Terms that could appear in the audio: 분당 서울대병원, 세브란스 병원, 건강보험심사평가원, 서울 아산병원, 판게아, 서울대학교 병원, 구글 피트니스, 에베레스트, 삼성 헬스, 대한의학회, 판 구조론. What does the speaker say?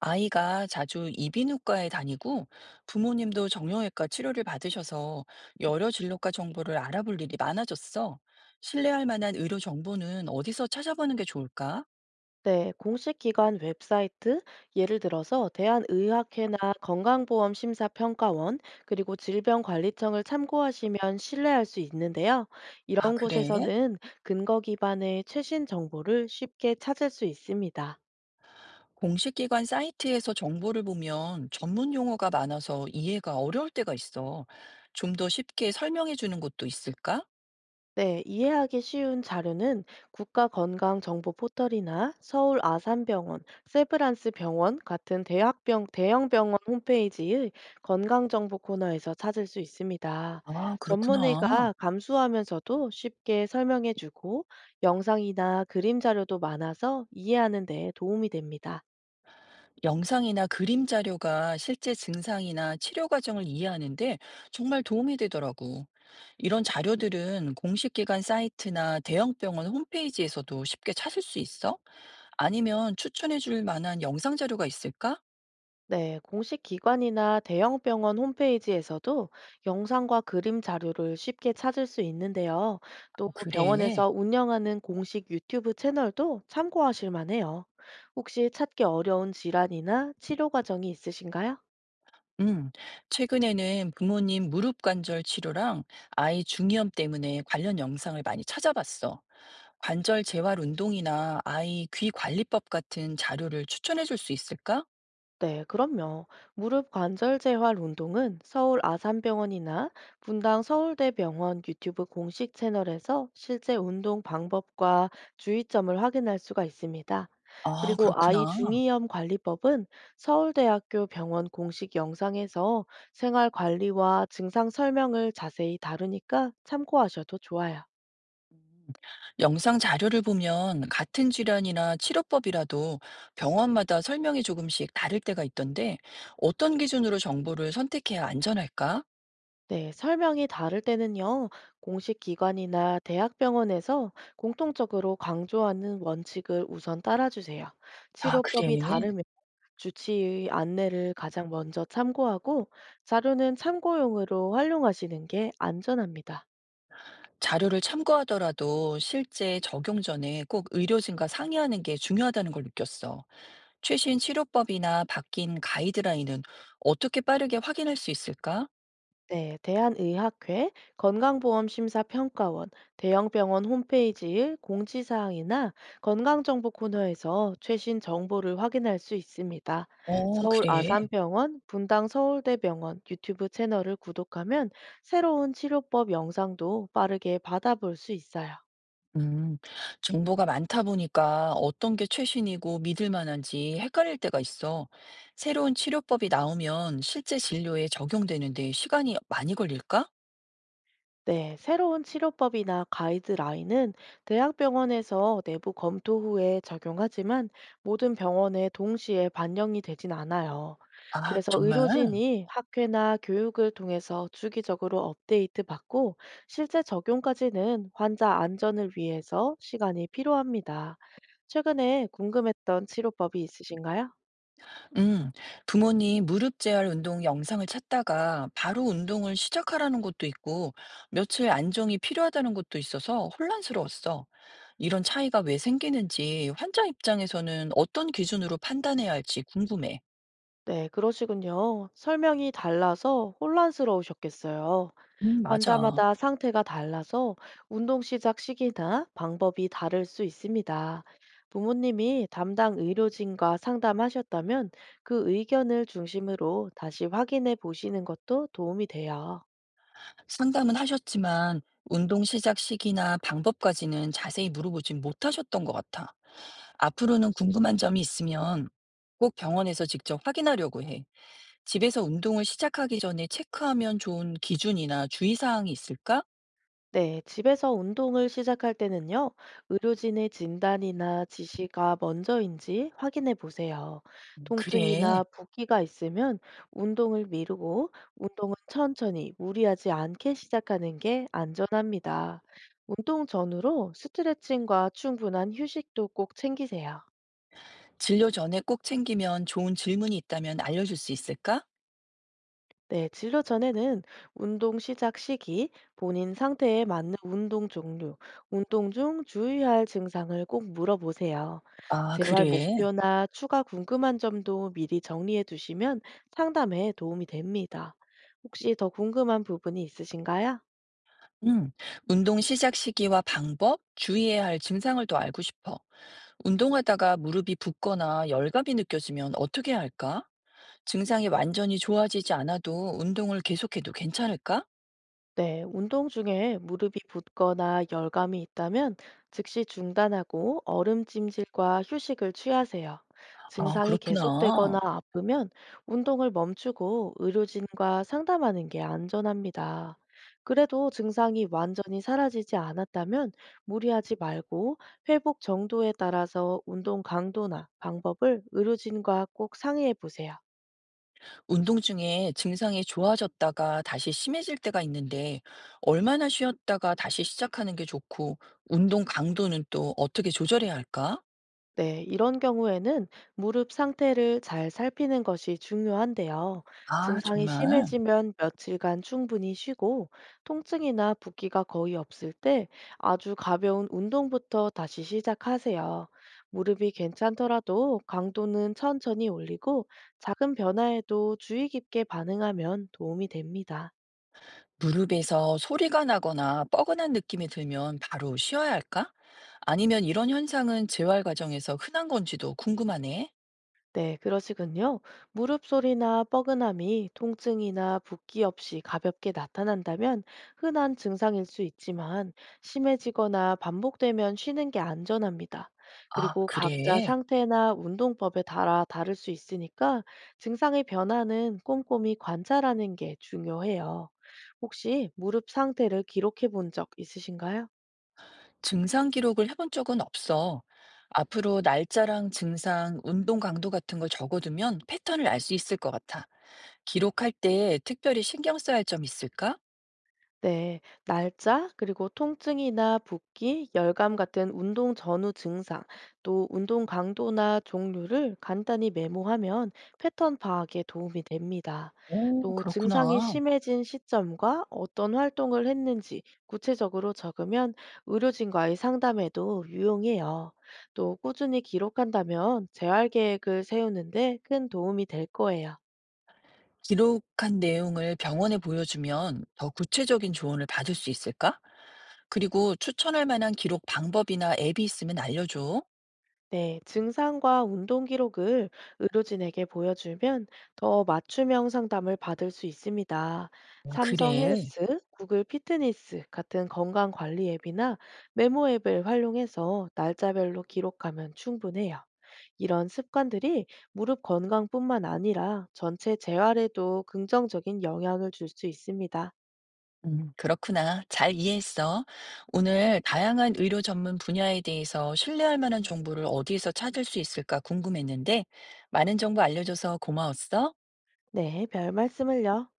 아이가 자주 이비인후과에 다니고 부모님도 정형외과 치료를 받으셔서 여러 진료과 정보를 알아볼 일이 많아졌어. 신뢰할 만한 의료 정보는 어디서 찾아보는 게 좋을까? 네, 공식 기관 웹사이트, 예를 들어서 대한의학회나 건강보험심사평가원, 그리고 질병관리청을 참고하시면 신뢰할 수 있는데요. 아, 이런 그래? 곳에서는 근거 기반의 최신 정보를 쉽게 찾을 수 있습니다. 공식 기관 사이트에서 정보를 보면 전문 용어가 많아서 이해가 어려울 때가 있어. 좀 더 쉽게 설명해 주는 곳도 있을까? 네, 이해하기 쉬운 자료는 국가건강정보포털이나 서울 아산병원, 세브란스 병원 같은 대형병원 홈페이지의 건강정보 코너에서 찾을 수 있습니다. 아, 그렇구나. 전문의가 감수하면서도 쉽게 설명해주고 영상이나 그림 자료도 많아서 이해하는 데 도움이 됩니다. 영상이나 그림 자료가 실제 증상이나 치료 과정을 이해하는데 정말 도움이 되더라고. 이런 자료들은 공식 기관 사이트나 대형 병원 홈페이지에서도 쉽게 찾을 수 있어? 아니면 추천해 줄 만한 영상 자료가 있을까? 네, 공식 기관이나 대형 병원 홈페이지에서도 영상과 그림 자료를 쉽게 찾을 수 있는데요. 또 어, 그래. 병원에서 운영하는 공식 유튜브 채널도 참고하실 만해요. 혹시 찾기 어려운 질환이나 치료 과정이 있으신가요? 음, 최근에는 부모님 무릎 관절 치료랑 아이 중이염 때문에 관련 영상을 많이 찾아봤어. 관절 재활 운동이나 아이 귀 관리법 같은 자료를 추천해 줄 수 있을까? 네, 그럼요. 무릎 관절 재활 운동은 서울 아산병원이나 분당 서울대병원 유튜브 공식 채널에서 실제 운동 방법과 주의점을 확인할 수가 있습니다. 아 그리고 아이 그렇구나. 중이염 관리법은 서울대학교 병원 공식 영상에서 생활 관리와 증상 설명을 자세히 다루니까 참고하셔도 좋아요. 영상 자료를 보면 같은 질환이나 치료법이라도 병원마다 설명이 조금씩 다를 때가 있던데 어떤 기준으로 정보를 선택해야 안전할까? 네, 설명이 다를 때는요, 공식 기관이나 대학병원에서 공통적으로 강조하는 원칙을 우선 따라주세요. 아, 그래. 치료법이 다르면 주치의 안내를 가장 먼저 참고하고 자료는 참고용으로 활용하시는 게 안전합니다. 자료를 참고하더라도 실제 적용 전에 꼭 의료진과 상의하는 게 중요하다는 걸 느꼈어. 최신 치료법이나 바뀐 가이드라인은 어떻게 빠르게 확인할 수 있을까? 네, 대한의학회, 건강보험심사평가원, 대형병원 홈페이지의 공지사항이나 건강정보 코너에서 최신 정보를 확인할 수 있습니다. 어, 서울 그래. 아산병원, 분당 서울대병원 유튜브 채널을 구독하면 새로운 치료법 영상도 빠르게 받아볼 수 있어요. 음, 정보가 많다 보니까 어떤 게 최신이고 믿을 만한지 헷갈릴 때가 있어. 새로운 치료법이 나오면 실제 진료에 적용되는데 시간이 많이 걸릴까? 네, 새로운 치료법이나 가이드라인은 대학병원에서 내부 검토 후에 적용하지만 모든 병원에 동시에 반영이 되진 않아요. 아, 그래서 정말? 의료진이 학회나 교육을 통해서 주기적으로 업데이트 받고 실제 적용까지는 환자 안전을 위해서 시간이 필요합니다. 최근에 궁금했던 치료법이 있으신가요? 음, 부모님 무릎 재활 운동 영상을 찾다가 바로 운동을 시작하라는 것도 있고, 며칠 안정이 필요하다는 것도 있어서 혼란스러웠어. 이런 차이가 왜 생기는지 환자 입장에서는 어떤 기준으로 판단해야 할지 궁금해. 네, 그러시군요. 설명이 달라서 혼란스러우셨겠어요. 맞아. 환자마다 상태가 달라서 운동 시작 시기나 방법이 다를 수 있습니다. 부모님이 담당 의료진과 상담하셨다면 그 의견을 중심으로 다시 확인해 보시는 것도 도움이 돼요. 상담은 하셨지만 운동 시작 시기나 방법까지는 자세히 물어보진 못하셨던 것 같아. 앞으로는 궁금한 점이 있으면 꼭 병원에서 직접 확인하려고 해. 집에서 운동을 시작하기 전에 체크하면 좋은 기준이나 주의사항이 있을까? 네, 집에서 운동을 시작할 때는요, 의료진의 진단이나 지시가 먼저인지 확인해 보세요. 그래. 통증이나 붓기가 있으면 운동을 미루고 운동은 천천히 무리하지 않게 시작하는 게 안전합니다. 운동 전후로 스트레칭과 충분한 휴식도 꼭 챙기세요. 진료 전에 꼭 챙기면 좋은 질문이 있다면 알려줄 수 있을까? 네, 진료 전에는 운동 시작 시기, 본인 상태에 맞는 운동 종류, 운동 중 주의할 증상을 꼭 물어보세요. 아, 재활 그래. 목표나 추가 궁금한 점도 미리 정리해 두시면 상담에 도움이 됩니다. 혹시 더 궁금한 부분이 있으신가요? 음, 운동 시작 시기와 방법, 주의해야 할 증상을 더 알고 싶어. 운동하다가 무릎이 붓거나 열감이 느껴지면 어떻게 해야 할까? 증상이 완전히 좋아지지 않아도 운동을 계속해도 괜찮을까? 네, 운동 중에 무릎이 붓거나 열감이 있다면 즉시 중단하고 얼음찜질과 휴식을 취하세요. 아, 증상이 그렇구나. 계속되거나 아프면 운동을 멈추고 의료진과 상담하는 게 안전합니다. 그래도 증상이 완전히 사라지지 않았다면 무리하지 말고 회복 정도에 따라서 운동 강도나 방법을 의료진과 꼭 상의해 보세요. 운동 중에 증상이 좋아졌다가 다시 심해질 때가 있는데, 얼마나 쉬었다가 다시 시작하는 게 좋고, 운동 강도는 또 어떻게 조절해야 할까? 네, 이런 경우에는 무릎 상태를 잘 살피는 것이 중요한데요. 아, 증상이 정말. 심해지면 며칠간 충분히 쉬고, 통증이나 붓기가 거의 없을 때 아주 가벼운 운동부터 다시 시작하세요. 무릎이 괜찮더라도 강도는 천천히 올리고, 작은 변화에도 주의 깊게 반응하면 도움이 됩니다. 무릎에서 소리가 나거나 뻐근한 느낌이 들면 바로 쉬어야 할까? 아니면 이런 현상은 재활 과정에서 흔한 건지도 궁금하네. 네, 그러시군요. 무릎 소리나 뻐근함이 통증이나 붓기 없이 가볍게 나타난다면 흔한 증상일 수 있지만 심해지거나 반복되면 쉬는 게 안전합니다. 아, 그리고 각자 그래. 상태나 운동법에 따라 다를 수 있으니까 증상의 변화는 꼼꼼히 관찰하는 게 중요해요. 혹시 무릎 상태를 기록해 본 적 있으신가요? 증상 기록을 해본 적은 없어. 앞으로 날짜랑 증상, 운동 강도 같은 걸 적어두면 패턴을 알 수 있을 것 같아. 기록할 때 특별히 신경 써야 할 점 있을까? 네, 날짜, 그리고 통증이나 붓기, 열감 같은 운동 전후 증상, 또 운동 강도나 종류를 간단히 메모하면 패턴 파악에 도움이 됩니다. 오, 또 증상이 그렇구나. 심해진 시점과 어떤 활동을 했는지 구체적으로 적으면 의료진과의 상담에도 유용해요. 또 꾸준히 기록한다면 재활 계획을 세우는데 큰 도움이 될 거예요. 기록한 내용을 병원에 보여주면 더 구체적인 조언을 받을 수 있을까? 그리고 추천할 만한 기록 방법이나 앱이 있으면 알려줘. 네, 증상과 운동 기록을 의료진에게 보여주면 더 맞춤형 상담을 받을 수 있습니다. 아, 삼성 그래. 헬스, 구글 피트니스 같은 건강 관리 앱이나 메모 앱을 활용해서 날짜별로 기록하면 충분해요. 이런 습관들이 무릎 건강뿐만 아니라 전체 재활에도 긍정적인 영향을 줄 수 있습니다. 그렇구나. 잘 이해했어. 오늘 다양한 의료 전문 분야에 대해서 신뢰할 만한 정보를 어디에서 찾을 수 있을까 궁금했는데, 많은 정보 알려줘서 고마웠어. 네, 별 말씀을요.